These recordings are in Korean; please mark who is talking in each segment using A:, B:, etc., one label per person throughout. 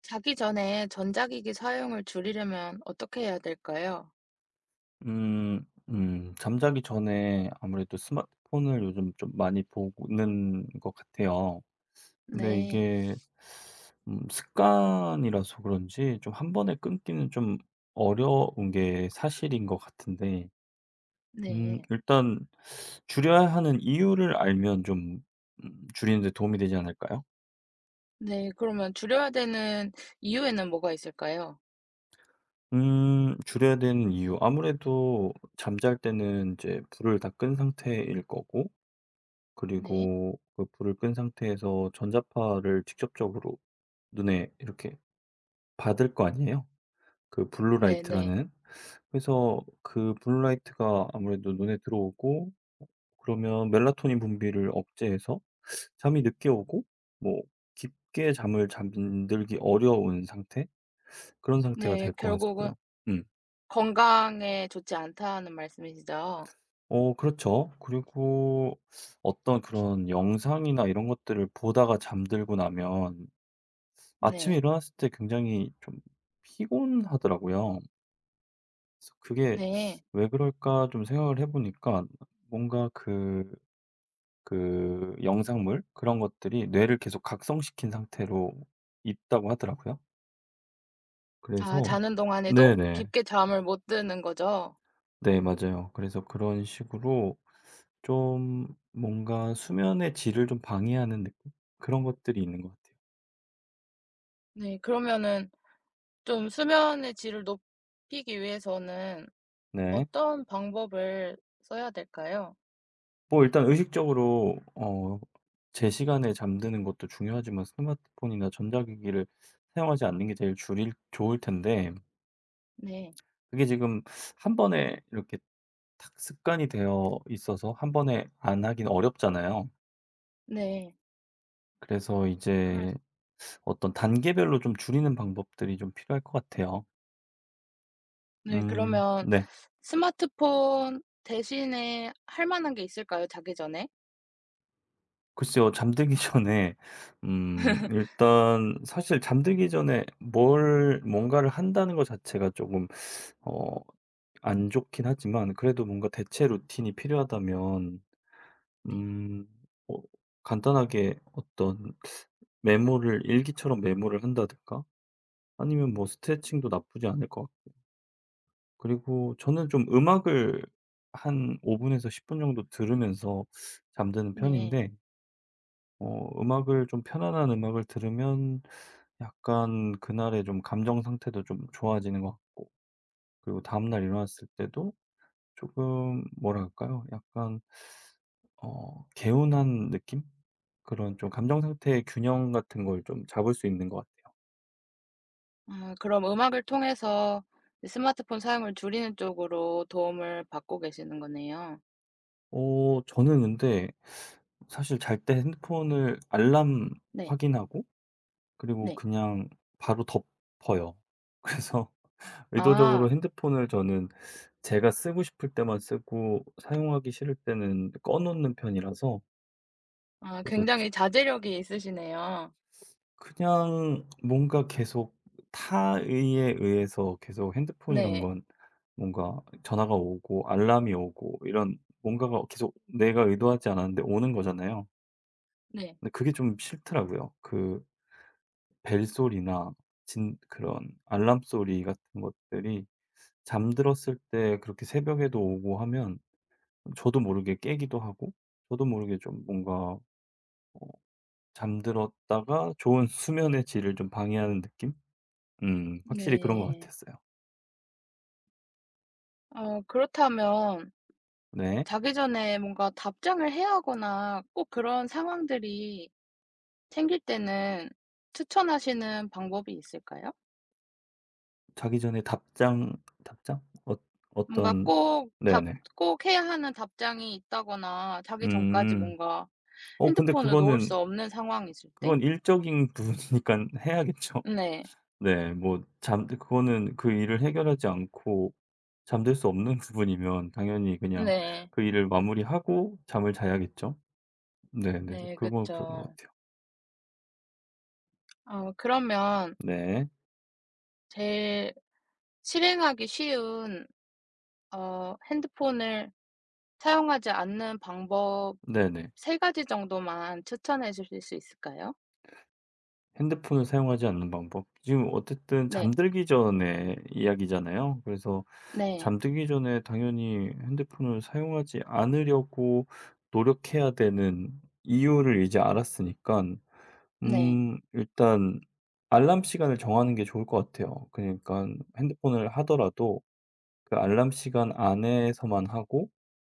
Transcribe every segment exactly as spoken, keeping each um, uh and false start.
A: 자기 전에 전자기기 사용을 줄이려면 어떻게 해야 될까요?
B: 음. 음. 잠자기 전에 아무래도 스마트폰을 요즘 좀 많이 보는 것 같아요. 근데
A: 네.
B: 이게 음 습관이라서 그런지 좀 한 번에 끊기는 좀 어려운 게 사실인 것 같은데 음
A: 네.
B: 일단 줄여야 하는 이유를 알면 좀 음 줄이는 데 도움이 되지 않을까요?
A: 네. 그러면 줄여야 되는 이유에는 뭐가 있을까요?
B: 음 줄여야 되는 이유. 아무래도 잠잘 때는 이제 불을 다 끈 상태일 거고,
A: 네.
B: 그리고 그 불을 끈 상태에서 전자파를 직접적으로 눈에 이렇게 받을 거 아니에요? 그 블루
A: 네네.
B: 라이트라는. 그래서 그 블루 라이트가 아무래도 눈에 들어오고 그러면 멜라토닌 분비를 억제해서 잠이 늦게 오고, 뭐 깊게 잠을 잠들기 어려운 상태? 그런 상태가
A: 네.
B: 될 것
A: 결국은
B: 같고요. 음.
A: 건강에 좋지 않다는 말씀이시죠?
B: 어 그렇죠. 그리고 어떤 그런 영상이나 이런 것들을 보다가 잠들고 나면 아침에
A: 네.
B: 일어났을 때 굉장히 좀 피곤하더라고요. 그래서 그게
A: 네.
B: '왜 그럴까?' 좀 생각을 해 보니까 뭔가 그 그 영상물 그런 것들이 뇌를 계속 각성시킨 상태로 있다고 하더라고요.
A: 아,
B: 그래서
A: 자는 동안에도
B: 네네.
A: 깊게 잠을 못 드는 거죠?
B: 네 맞아요. 그래서 그런 식으로 좀 뭔가 수면의 질을 좀 방해하는 느낌? 그런 것들이 있는 것 같아요.
A: 네. 그러면은 좀 수면의 질을 높이기 위해서는
B: 네.
A: 어떤 방법을 써야 될까요?
B: 뭐 일단 의식적으로 어 제 시간에 잠드는 것도 중요하지만 스마트폰이나 전자기기를 사용하지 않는 게 제일 줄일 좋을 텐데
A: 네.
B: 그게 지금 한 번에 이렇게 탁 습관이 되어 있어서 한 번에 안 하긴 어렵잖아요.
A: 네.
B: 그래서
A: 그럴
B: 이제 어떤 단계별로 좀 줄이는 방법들이 좀 필요할 것 같아요.
A: 네
B: 음
A: 그러면
B: 네.
A: 스마트폰 대신에 할 만한 게 있을까요? 자기 전에?
B: 글쎄요. 잠들기 전에 음 일단 사실 잠들기 전에 뭘 뭔가를 한다는 거 자체가 조금 어 안 좋긴 하지만 그래도 뭔가 대체 루틴이 필요하다면
A: 네.
B: 음 뭐 간단하게 어떤 메모를 일기처럼 메모를 한다든가 아니면 뭐 스트레칭도 나쁘지 않을 것 같고, 그리고 저는 좀 음악을 한 오 분에서 십 분 정도 들으면서 잠드는
A: 네.
B: 편인데 어 음악을 좀 편안한 음악을 들으면 약간 그날의 좀 감정 상태도 좀 좋아지는 것 같고, 그리고 다음날 일어났을 때도 조금 뭐랄까요? 약간 어 개운한 느낌? 그런 좀 감정 상태의 균형 같은 걸 좀 잡을 수 있는 것 같아요.
A: 아, 그럼 음악을 통해서 이 스마트폰 사용을 줄이는 쪽으로 도움을 받고 계시는 거네요.
B: 어 저는 근데 사실 잘 때 핸드폰을 알람
A: 네.
B: 확인하고 그리고
A: 네.
B: 그냥 바로 덮어요. 그래서
A: 아.
B: 의도적으로 핸드폰을 저는 제가 쓰고 싶을 때만 쓰고 사용하기 싫을 때는 꺼 놓는 편이라서.
A: 아,
B: 그래서
A: 굉장히 자제력이 있으시네요.
B: 그냥 뭔가 계속 타의에 의해서 계속 핸드폰이란
A: 네.
B: 건 뭔가 전화가 오고 알람이 오고 이런 뭔가가 계속 내가 의도하지 않았는데 오는 거잖아요.
A: 네.
B: 근데 그게 좀 싫더라고요. 그 벨소리나 진 그런 알람 소리 같은 것들이 잠들었을 때 그렇게 새벽에도 오고 하면 저도 모르게 깨기도 하고, 저도 모르게 좀 뭔가 어 잠들었다가 좋은 수면의 질을 좀 방해하는 느낌? 음. 확실히 그런 것
A: 네.
B: 같았어요.
A: 어 그렇다면
B: 네.
A: 자기 전에 뭔가 답장을 해야 하거나 꼭 그런 상황들이 챙길 때는 추천하시는 방법이 있을까요?
B: 자기 전에 답장 답장? 어
A: 뭔가
B: 어떤
A: 꼭 답
B: 네네.
A: 꼭 해야 하는 답장이 있다거나 자기 전까지
B: 음.
A: 뭔가
B: 어 근데
A: 핸드폰을 놓을
B: 그거는
A: 수 없는 상황이 있을 때?
B: 그건 일적인 부분이니까 해야겠죠.
A: 네.
B: 네. 뭐 잠 그거는 그 일을 해결하지 않고 잠들 수 없는 부분이면 당연히 그냥
A: 네.
B: 그 일을 마무리하고 잠을 자야겠죠. 네네.
A: 네
B: 그건 그런 것
A: 그쵸.
B: 같아요.
A: 어 그러면
B: 네.
A: 제일 실행하기 쉬운 어 핸드폰을 사용하지 않는 방법
B: 네네.
A: 세 가지 정도만 추천해 주실 수 있을까요?
B: 핸드폰을 사용하지 않는 방법. 지금 어쨌든
A: 네.
B: 잠들기 전에 이야기잖아요. 그래서
A: 네.
B: 잠들기 전에 당연히 핸드폰을 사용하지 않으려고 노력해야 되는 이유를 이제 알았으니까
A: 네.
B: 음 일단 알람 시간을 정하는 게 좋을 것 같아요. 그러니까 핸드폰을 하더라도 그 알람 시간 안에서만 하고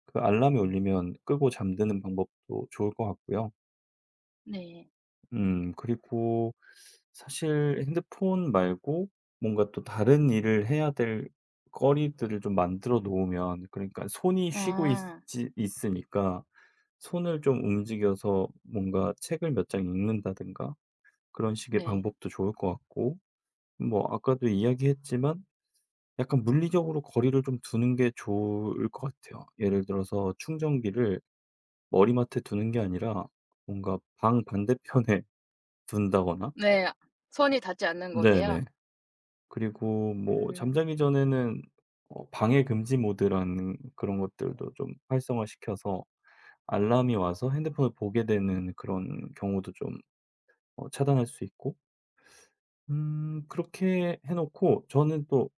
B: 그 알람이 울리면 끄고 잠드는 방법도 좋을 것 같고요.
A: 네.
B: 음 그리고 사실 핸드폰 말고 뭔가 또 다른 일을 해야 될 거리들을 좀 만들어 놓으면, 그러니까 손이 쉬고
A: 아.
B: 있지 있으니까 손을 좀 움직여서 뭔가 책을 몇 장 읽는다든가 그런 식의
A: 네.
B: 방법도 좋을 것 같고, 뭐 아까도 이야기했지만 약간 물리적으로 거리를 좀 두는 게 좋을 것 같아요. 예를 들어서 충전기를 머리맡에 두는 게 아니라 뭔가 방 반대편에 둔다거나.
A: 네. 손이 닿지 않는
B: 네네.
A: 곳에요?
B: 그리고 뭐
A: 음.
B: 잠자기 전에는 어 방해 금지 모드라는 그런 것들도 좀 활성화시켜서 알람이 와서 핸드폰을 보게 되는 그런 경우도 좀 어 차단할 수 있고, 음 그렇게 해 놓고 저는 또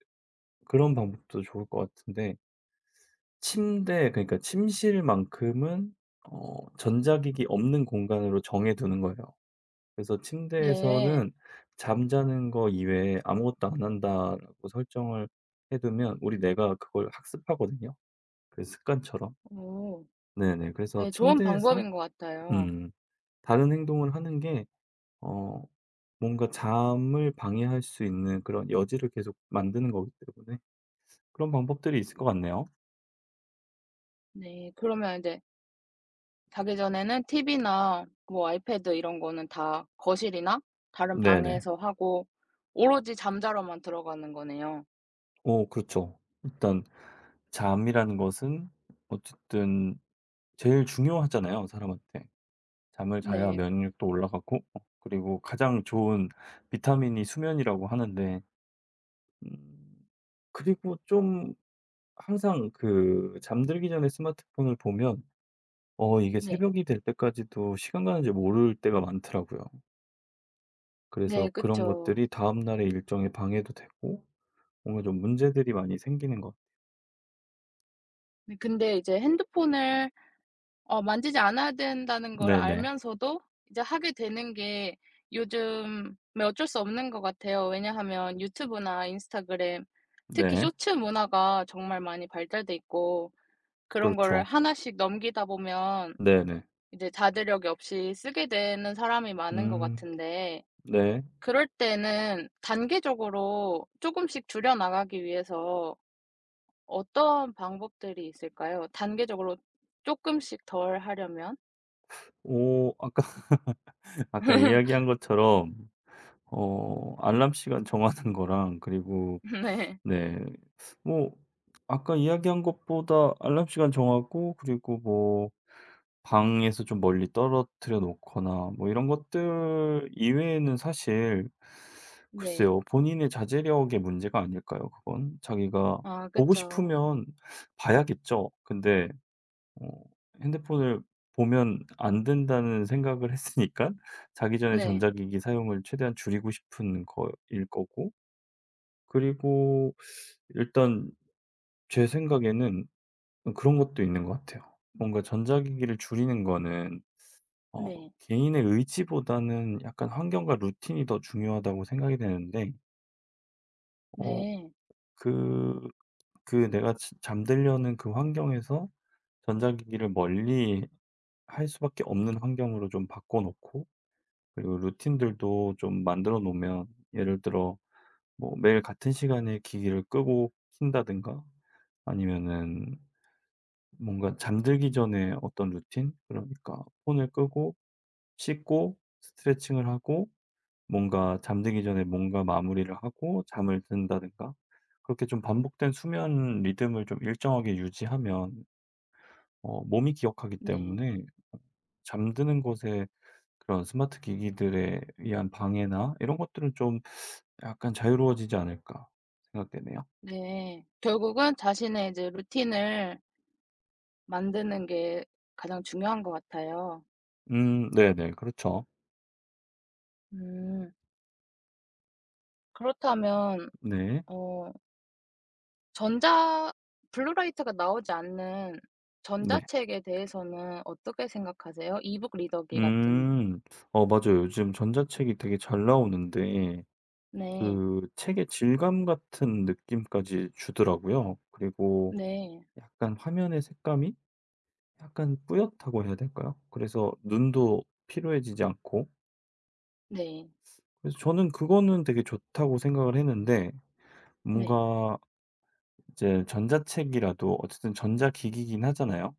B: 그런 방법도 좋을 것 같은데, 침대 그러니까 침실만큼은 어 전자기기 없는 공간으로 정해 두는 거예요. 그래서
A: 네.
B: 침대에서는 잠자는 거 이외에 아무것도 안 한다라고 설정을 해 두면 우리 뇌가 그걸 학습하거든요, 그 습관처럼.
A: 오.
B: 네네. 그래서
A: 예 좋은
B: 침대에서
A: 방법인 것 같아요.
B: 음 다른 행동을 하는 게 어 뭔가 잠을 방해할 수 있는 그런 여지를 계속 만드는 거기 때문에 그런 방법들이 있을 것 같네요.
A: 네. 그러면 인제 자기 전에는 티비나 뭐 아이패드 이런 거는 다 거실이나 다른
B: 네네.
A: 방에서 하고 오로지 잠자러만 들어가는 거네요.
B: 오 그렇죠. 일단 잠이라는 것은 어쨌든 제일 중요하잖아요, 사람한테. 잠을 자야
A: 네.
B: 면역력도 올라가고, 어 그리고 가장 좋은 비타민이 수면이라고 하는데, 음 그리고 좀 항상 그 잠들기 전에 스마트폰을 보면 어 이게
A: 네.
B: 새벽이 될 때까지도 시간 가는 줄 모를 때가 많더라고요.
A: 네
B: 그래서 그런
A: 그쵸.
B: 것들이 다음날의 일정에 방해도 되고 뭔가 좀 문제들이 많이 생기는 것.
A: 네 근데 이제 핸드폰을 어 만지지 않아야 된다는 걸
B: 네네.
A: 알면서도 이제 하게 되는 게 요즘에 어쩔 수 없는 것 같아요. 왜냐하면 유튜브나 인스타그램 특히
B: 네.
A: 쇼츠 문화가 정말 많이 발달돼 있고 그런 거를
B: 그렇죠.
A: 하나씩 넘기다 보면
B: 네네.
A: 이제 자제력이 없이 쓰게 되는 사람이 많은 것
B: 음
A: 같은데
B: 네.
A: 그럴 때는 단계적으로 조금씩 줄여 나가기 위해서 어떤 방법들이 있을까요? 단계적으로 조금씩 덜 하려면?
B: 오 아까 아까 이야기한 것처럼 어 알람 시간 정하는 거랑 그리고
A: 네.
B: 네 뭐 아까 이야기한 것보다 알람 시간 정하고 그리고 뭐 방에서 좀 멀리 떨어뜨려 놓거나 뭐 이런 것들 이외에는 사실
A: 네.
B: 글쎄요. 본인의 자제력의 문제가 아닐까요, 그건? 자기가
A: 아
B: 보고
A: 그쵸.
B: 싶으면 봐야겠죠. 근데 어 핸드폰을 보면 안 된다는 생각을 했으니까 자기 전에
A: 네.
B: 전자기기 사용을 최대한 줄이고 싶은 거일 거고, 그리고 일단 제 생각에는 어 그런 것도 있는 것 같아요. 뭔가 전자기기를 줄이는 거는 어
A: 네.
B: 개인의 의지보다는 약간 환경과 루틴이 더 중요하다고 생각이 되는데 어
A: 네.
B: 그 그 내가 지 잠들려는 그 환경에서 전자기기를 멀리 할 수밖에 없는 환경으로 좀 바꿔 놓고, 그리고 루틴들도 좀 만들어 놓으면, 예를 들어 뭐 매일 같은 시간에 기기를 끄고 킨다든가, 아니면은 뭔가 잠들기 전에 어떤 루틴? 그러니까 폰을 끄고 씻고 스트레칭을 하고 뭔가 잠들기 전에 뭔가 마무리를 하고 잠을 든다든가, 그렇게 좀 반복된 수면 리듬을 좀 일정하게 유지하면 어 몸이 기억하기
A: 네.
B: 때문에 잠드는 것에, 그런 스마트 기기들에 의한 방해나 이런 것들은 좀 약간 자유로워지지 않을까 생각되네요.
A: 네. 결국은 자신의 이제 루틴을 만드는 게 가장 중요한 것 같아요.
B: 음 네네. 그렇죠.
A: 음. 그렇다면
B: 네.
A: 어 전자 블루라이트가 나오지 않는
B: 네.
A: 전자책에 대해서는 어떻게 생각하세요? 이북 리더기 같은
B: 음. 어 맞아요. 요즘 전자책이 되게 잘 나오는데
A: 네.
B: 그 책의 질감 같은 느낌까지 주더라고요. 그리고
A: 네.
B: 약간 화면의 색감이 약간 뿌옇다고 해야 될까요? 그래서 눈도 피로해지지 않고,
A: 네.
B: 그래서 저는 그거는 되게 좋다고 생각을 했는데
A: 네.
B: 뭔가 이제 전자책이라도 어쨌든 전자기기긴 하잖아요.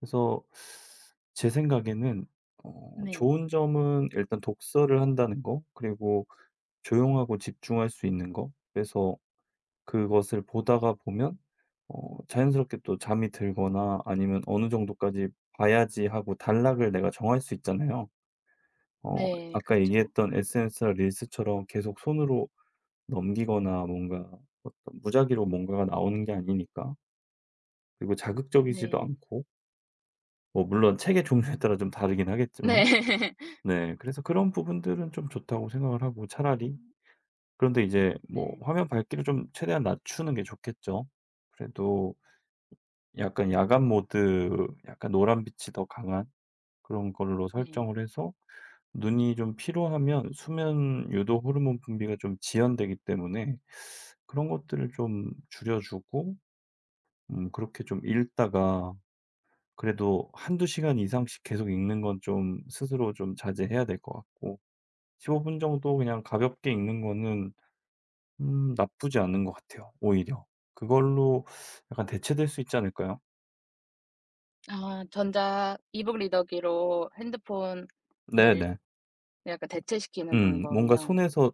B: 그래서 제 생각에는 어
A: 네.
B: 좋은 점은 일단 독서를 한다는 거, 그리고 조용하고 집중할 수 있는 거. 그래서 그것을 보다가 보면 어 자연스럽게 또 잠이 들거나 아니면 어느 정도까지 봐야지 하고 단락을 내가 정할 수 있잖아요. 어
A: 네.
B: 아까
A: 그쵸.
B: 얘기했던 에스엔에스나 릴스처럼 계속 손으로 넘기거나 뭔가 어떤 무작위로 뭔가가 나오는 게 아니니까. 그리고 자극적이지도
A: 네.
B: 않고, 뭐 물론 책의 종류에 따라 좀 다르긴 하겠지만.
A: 네.
B: 네. 그래서 그런 부분들은 좀 좋다고 생각을 하고 차라리, 그런데 이제 뭐
A: 네.
B: 화면 밝기를 좀 최대한 낮추는 게 좋겠죠. 그래도 약간 야간 모드 약간 노란빛이 더 강한 그런 걸로
A: 네.
B: 설정을 해서 눈이 좀 피로하면 수면 유도 호르몬 분비가 좀 지연되기 때문에 그런 것들을 좀 줄여 주고, 음 그렇게 좀 읽다가, 그래도 한두 시간 이상씩 계속 읽는 건 좀 스스로 좀 자제해야 될 것 같고, 십오 분 정도 그냥 가볍게 읽는 거는 음 나쁘지 않은 것 같아요, 오히려. 그걸로 약간 대체될 수 있지 않을까요?
A: 아, 전자 이북 리더기로 핸드폰을
B: 네네.
A: 약간 대체시키는
B: 음. 뭔가
A: 방법이요.
B: 손에서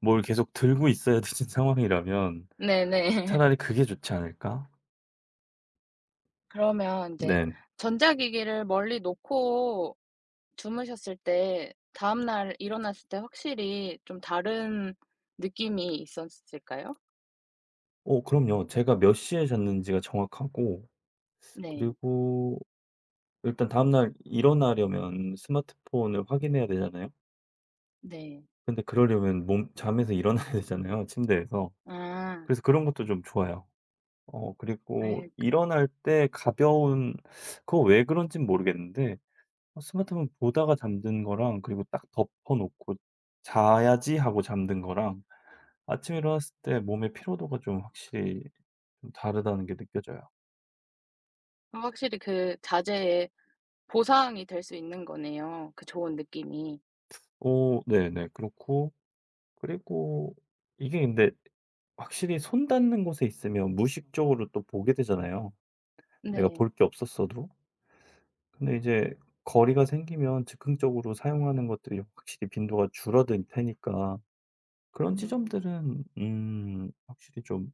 B: 뭘 계속 들고 있어야 되는 상황이라면
A: 네네.
B: 차라리 그게 좋지 않을까?
A: 그러면 이제
B: 네.
A: 전자기기를 멀리 놓고 주무셨을 때 다음 날 일어났을 때 확실히 좀 다른 느낌이 있었을까요?
B: 어 그럼요. 제가 몇 시에 잤는지가 정확하고,
A: 네.
B: 그리고 일단 다음날 일어나려면 스마트폰을 확인해야 되잖아요.
A: 네.
B: 근데 그러려면 몸 잠에서 일어나야 되잖아요, 침대에서.
A: 아.
B: 그래서 그런 것도 좀 좋아요. 어 그리고
A: 예.
B: 일어날 때 가벼운 그거 왜 그런진 모르겠는데 어 스마트폰 보다가 잠든 거랑 그리고 딱 덮어 놓고 '자야지.' 하고 잠든 거랑 아침에 일어났을 때 몸의 피로도가 좀 확실히 좀 다르다는 게 느껴져요.
A: 그 확실히 그 자제의 보상이 될 수 있는 거네요, 그 좋은 느낌이.
B: 오 네네. 그렇고, 그리고 이게 근데 확실히 손 닿는 곳에 있으면 무의식적으로 또 보게 되잖아요, 내가
A: 네.
B: 볼 게 없었어도. 근데 이제 거리가 생기면 즉흥적으로 사용하는 것들이 확실히 빈도가 줄어들 테니까, 그런
A: 네.
B: 지점들은 음 확실히 좀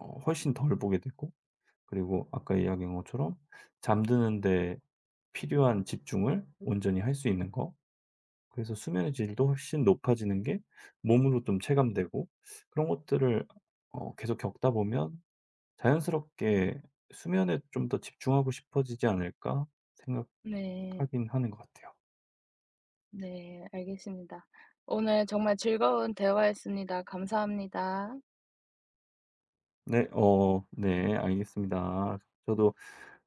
B: 어 훨씬 덜 보게 되고, 그리고 아까 이야기한 것처럼 잠드는 데 필요한 집중을 온전히 할 수 있는 거, 그래서 수면의 질도 훨씬 높아지는 게 몸으로 좀 체감되고, 그런 것들을 어 계속 겪다 보면 '자연스럽게 수면에 좀 더 집중하고 싶어지지 않을까?'
A: 네.
B: 생각하긴 하는 것 같아요.
A: 네, 알겠습니다. 오늘 정말 즐거운 대화였습니다. 감사합니다.
B: 네. 어 네. 알겠습니다. 저도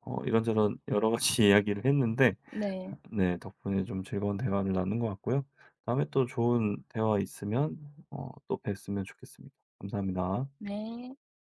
B: 어 이런저런 여러 가지 이야기를 했는데
A: 네.
B: 네 덕분에 좀 즐거운 대화를 나눈 것 같고요. 다음에 또 좋은 대화 있으면 어 또 뵀으면 좋겠습니다. 감사합니다.
A: 네.